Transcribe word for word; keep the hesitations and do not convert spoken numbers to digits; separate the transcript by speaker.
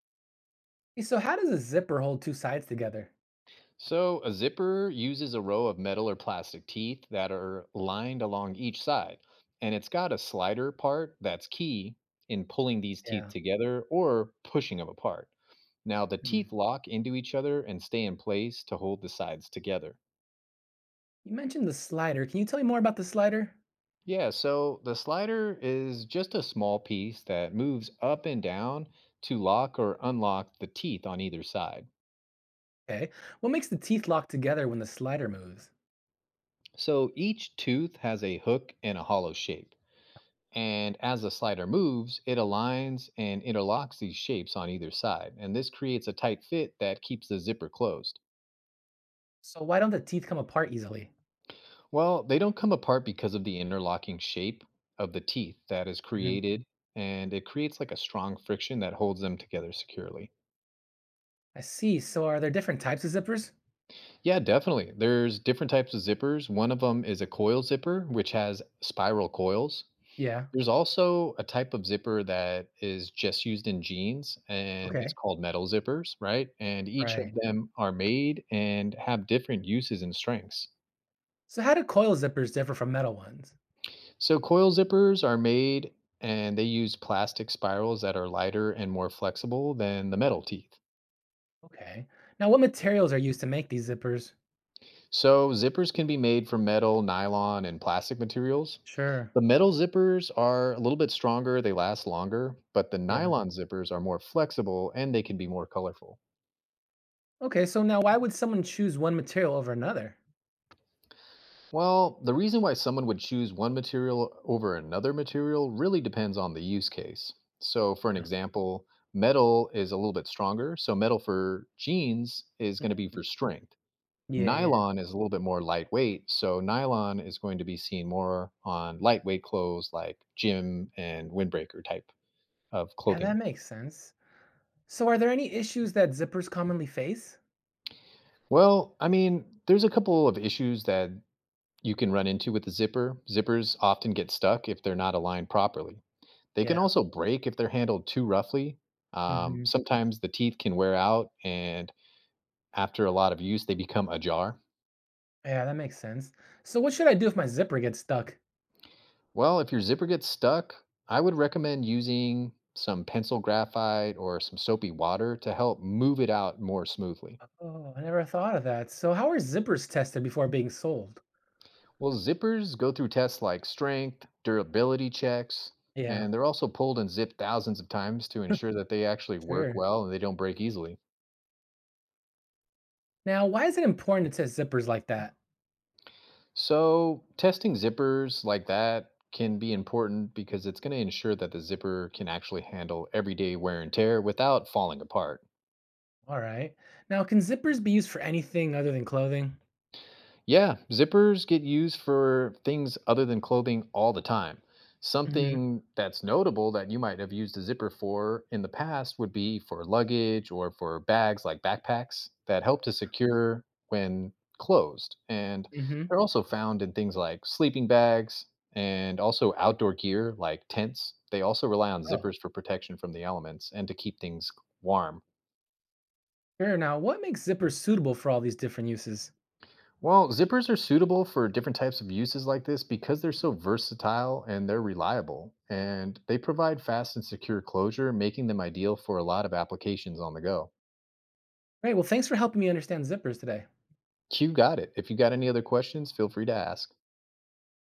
Speaker 1: Hey, so how does a zipper hold two sides together?
Speaker 2: So, a zipper uses a row of metal or plastic teeth that are lined along each side, and it's got a slider part that's key in pulling these teeth
Speaker 1: Yeah.
Speaker 2: together or pushing them apart. Now, the
Speaker 1: Hmm.
Speaker 2: teeth lock into each other and stay in place to hold the sides together.
Speaker 1: You mentioned the slider. Can you tell me more about the slider?
Speaker 2: Yeah, so the slider is just a small piece that moves up and down to lock or unlock the teeth on either side.
Speaker 1: Okay. What makes the teeth lock together when the slider moves?
Speaker 2: So each tooth has a hook and a hollow shape. And as the slider moves, it aligns and interlocks these shapes on either side. And this creates a tight fit that keeps the zipper closed.
Speaker 1: So why don't the teeth come apart easily?
Speaker 2: Well, they don't come apart because of the interlocking shape of the teeth that is
Speaker 1: Mhm.
Speaker 2: created. And it creates like a strong friction that holds them together securely.
Speaker 1: I see. So are there different types of zippers?
Speaker 2: Yeah, definitely. There's different types of zippers. One of them is a coil zipper, which has spiral coils.
Speaker 1: Yeah.
Speaker 2: There's also a type of zipper that is just used in jeans, and it's
Speaker 1: Okay.
Speaker 2: called metal zippers, right? And each of
Speaker 1: Right.
Speaker 2: them are made and have different uses and strengths.
Speaker 1: So how do coil zippers differ from metal ones?
Speaker 2: So, coil zippers are made and they use plastic spirals that are lighter and more flexible than the metal teeth.
Speaker 1: Okay. Now what materials are used to make these zippers?
Speaker 2: So, zippers can be made from metal, nylon, and plastic materials.
Speaker 1: Sure.
Speaker 2: The metal zippers are a little bit stronger, they last longer, but the
Speaker 1: Yeah.
Speaker 2: nylon zippers are more flexible and they can be more colorful.
Speaker 1: Okay, so now why would someone choose one material over another?
Speaker 2: Well, the reason why someone would choose one material over another material really depends on the use case. So, for an
Speaker 1: Yeah.
Speaker 2: example, metal is a little bit stronger. So, metal for jeans is going to be for strength.
Speaker 1: Yeah, yeah.
Speaker 2: Nylon is a little bit more lightweight. So, nylon is going to be seen more on lightweight clothes like gym and windbreaker type of
Speaker 1: Yeah, that
Speaker 2: clothing.
Speaker 1: makes sense. So are there any issues that zippers commonly face?
Speaker 2: Well, I mean, there's a couple of issues that you can run into with the zipper. Zippers often get stuck if they're not aligned properly. They
Speaker 1: Yeah.
Speaker 2: can also break if they're handled too roughly. Um,
Speaker 1: Mhm.
Speaker 2: sometimes the teeth can wear out, and after a lot of use, they become ajar.
Speaker 1: Yeah, that makes sense. So what should I do if my zipper gets stuck?
Speaker 2: Well, if your zipper gets stuck, I would recommend using some pencil graphite or some soapy water to help move it out more smoothly.
Speaker 1: Oh, I never thought of that. So how are zippers tested before being sold?
Speaker 2: Well, zippers go through tests like strength, durability checks,
Speaker 1: Yeah,
Speaker 2: and they're also pulled and zipped thousands of times to ensure that they actually work
Speaker 1: sure.
Speaker 2: well and they don't break easily.
Speaker 1: Now, why is it important to test zippers like that?
Speaker 2: So, testing zippers like that can be important because it's going to ensure that the zipper can actually handle everyday wear and tear without falling apart.
Speaker 1: All right. Now, can zippers be used for anything other than clothing?
Speaker 2: Yeah, zippers get used for things other than clothing all the time.
Speaker 1: Hmm.
Speaker 2: Something that's notable that you might have used a zipper for in the past would be for luggage or for bags like backpacks that help to secure when closed. And
Speaker 1: Hmm.
Speaker 2: they're also found in things like sleeping bags and also outdoor gear like tents. They also rely on
Speaker 1: Oh,
Speaker 2: zippers for protection from the elements and to keep things warm.
Speaker 1: sure. Now, what makes zippers suitable for all these different uses?
Speaker 2: Well, zippers are suitable for different types of uses like this because they're so versatile and they're reliable. And they provide fast and secure closure, making them ideal for a lot of applications on the go.
Speaker 1: Great. Well, thanks for helping me understand zippers today.
Speaker 2: You got it. If you got any other questions, feel free to ask.